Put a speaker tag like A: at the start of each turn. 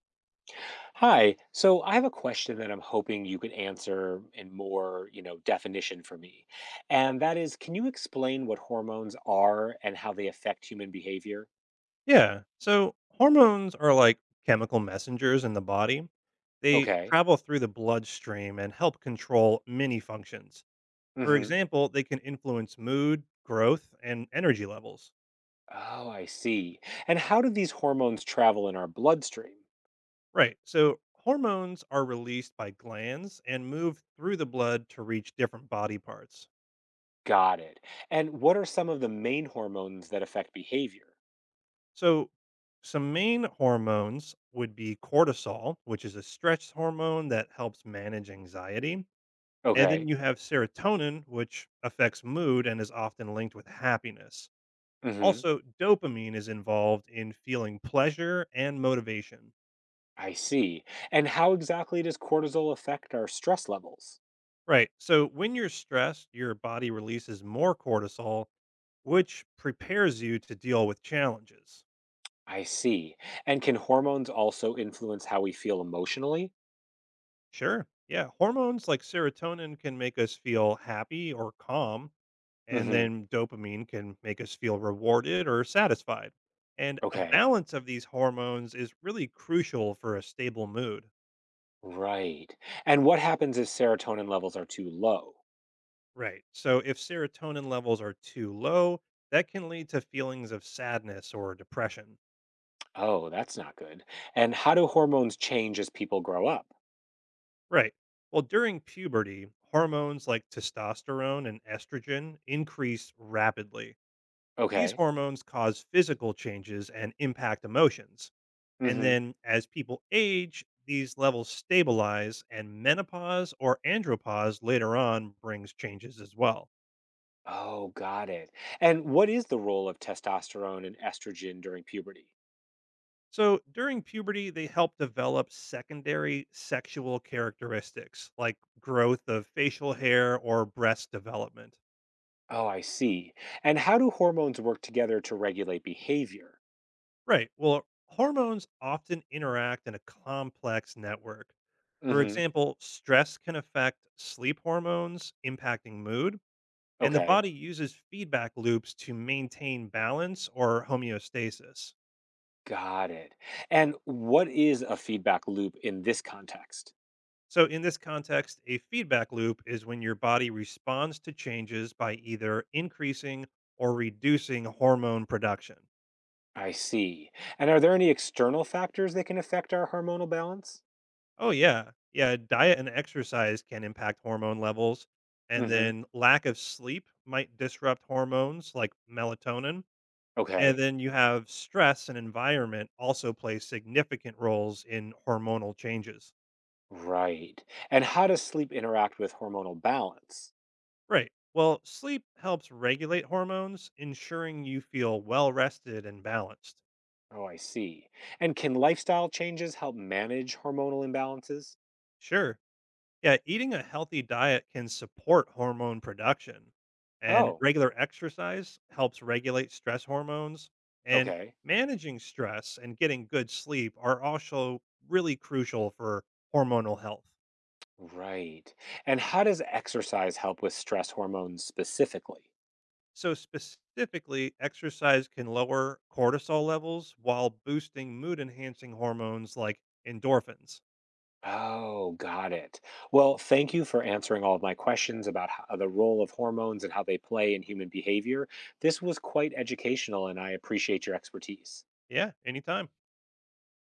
A: Hi. So I have a question that I'm hoping you could answer in more, definition for me. And that is, can you explain what hormones are and how they affect human behavior?
B: Yeah. So hormones are like chemical messengers in the body. They
A: Okay.
B: travel through the bloodstream and help control many functions. For
A: Mm-hmm.
B: example, they can influence mood, growth, and energy levels.
A: Oh, I see. And how do these hormones travel in our bloodstream?
B: Right. So hormones are released by glands and move through the blood to reach different body parts.
A: Got it. And what are some of the main hormones that affect behavior?
B: So some main hormones would be cortisol, which is a stress hormone that helps manage anxiety. And then
A: Okay.
B: you have serotonin, which affects mood and is often linked with happiness.
A: Mm-hmm.
B: Also, dopamine is involved in feeling pleasure and motivation.
A: I see. And how exactly does cortisol affect our stress levels?
B: Right. So, when you're stressed, your body releases more cortisol, which prepares you to deal with challenges.
A: I see. And can hormones also influence how we feel emotionally?
B: Sure. Yeah. Hormones like serotonin can make us feel happy or calm, and
A: Hmm.
B: then dopamine can make us feel rewarded or satisfied. And a
A: Okay.
B: balance of these hormones is really crucial for a stable mood.
A: Right. And what happens if serotonin levels are too low?
B: Right. So if serotonin levels are too low, that can lead to feelings of sadness or depression.
A: Oh, that's not good. And how do hormones change as people grow up?
B: Right. Well, during puberty, hormones like testosterone and estrogen increase rapidly. These
A: Okay.
B: hormones cause physical changes and impact emotions. And
A: Hmm.
B: then as people age, these levels stabilize, and menopause or andropause later on brings changes as well.
A: Oh, got it. And what is the role of testosterone and estrogen during puberty?
B: So during puberty, they help develop secondary sexual characteristics like growth of facial hair or breast development.
A: Oh, I see. And how do hormones work together to regulate behavior?
B: Right. Well, hormones often interact in a complex network. For
A: Hmm.
B: example, stress can affect sleep hormones, impacting mood, and the
A: Okay.
B: body uses feedback loops to maintain balance or homeostasis.
A: Got it. And what is a feedback loop in this context?
B: So, in this context, a feedback loop is when your body responds to changes by either increasing or reducing hormone production.
A: I see. And are there any external factors that can affect our hormonal balance?
B: Oh, yeah. Yeah. Diet and exercise can impact hormone levels. And
A: Hmm.
B: then lack of sleep might disrupt hormones like melatonin. And
A: Okay.
B: then you have stress and environment also play significant roles in hormonal changes.
A: Right. And how does sleep interact with hormonal balance?
B: Right. Well, sleep helps regulate hormones, ensuring you feel well rested and balanced.
A: Oh, I see. And can lifestyle changes help manage hormonal imbalances?
B: Sure. Yeah, eating a healthy diet can support hormone production, and
A: Oh,
B: regular exercise helps regulate stress hormones. And
A: okay.
B: managing stress and getting good sleep are also really crucial for hormonal health.
A: Right. And how does exercise help with stress hormones specifically?
B: So, specifically, exercise can lower cortisol levels while boosting mood enhancing hormones like endorphins.
A: Oh, got it. Well, thank you for answering all of my questions about how, the role of hormones and how they play in human behavior. This was quite educational, and I appreciate your expertise.
B: Yeah, anytime.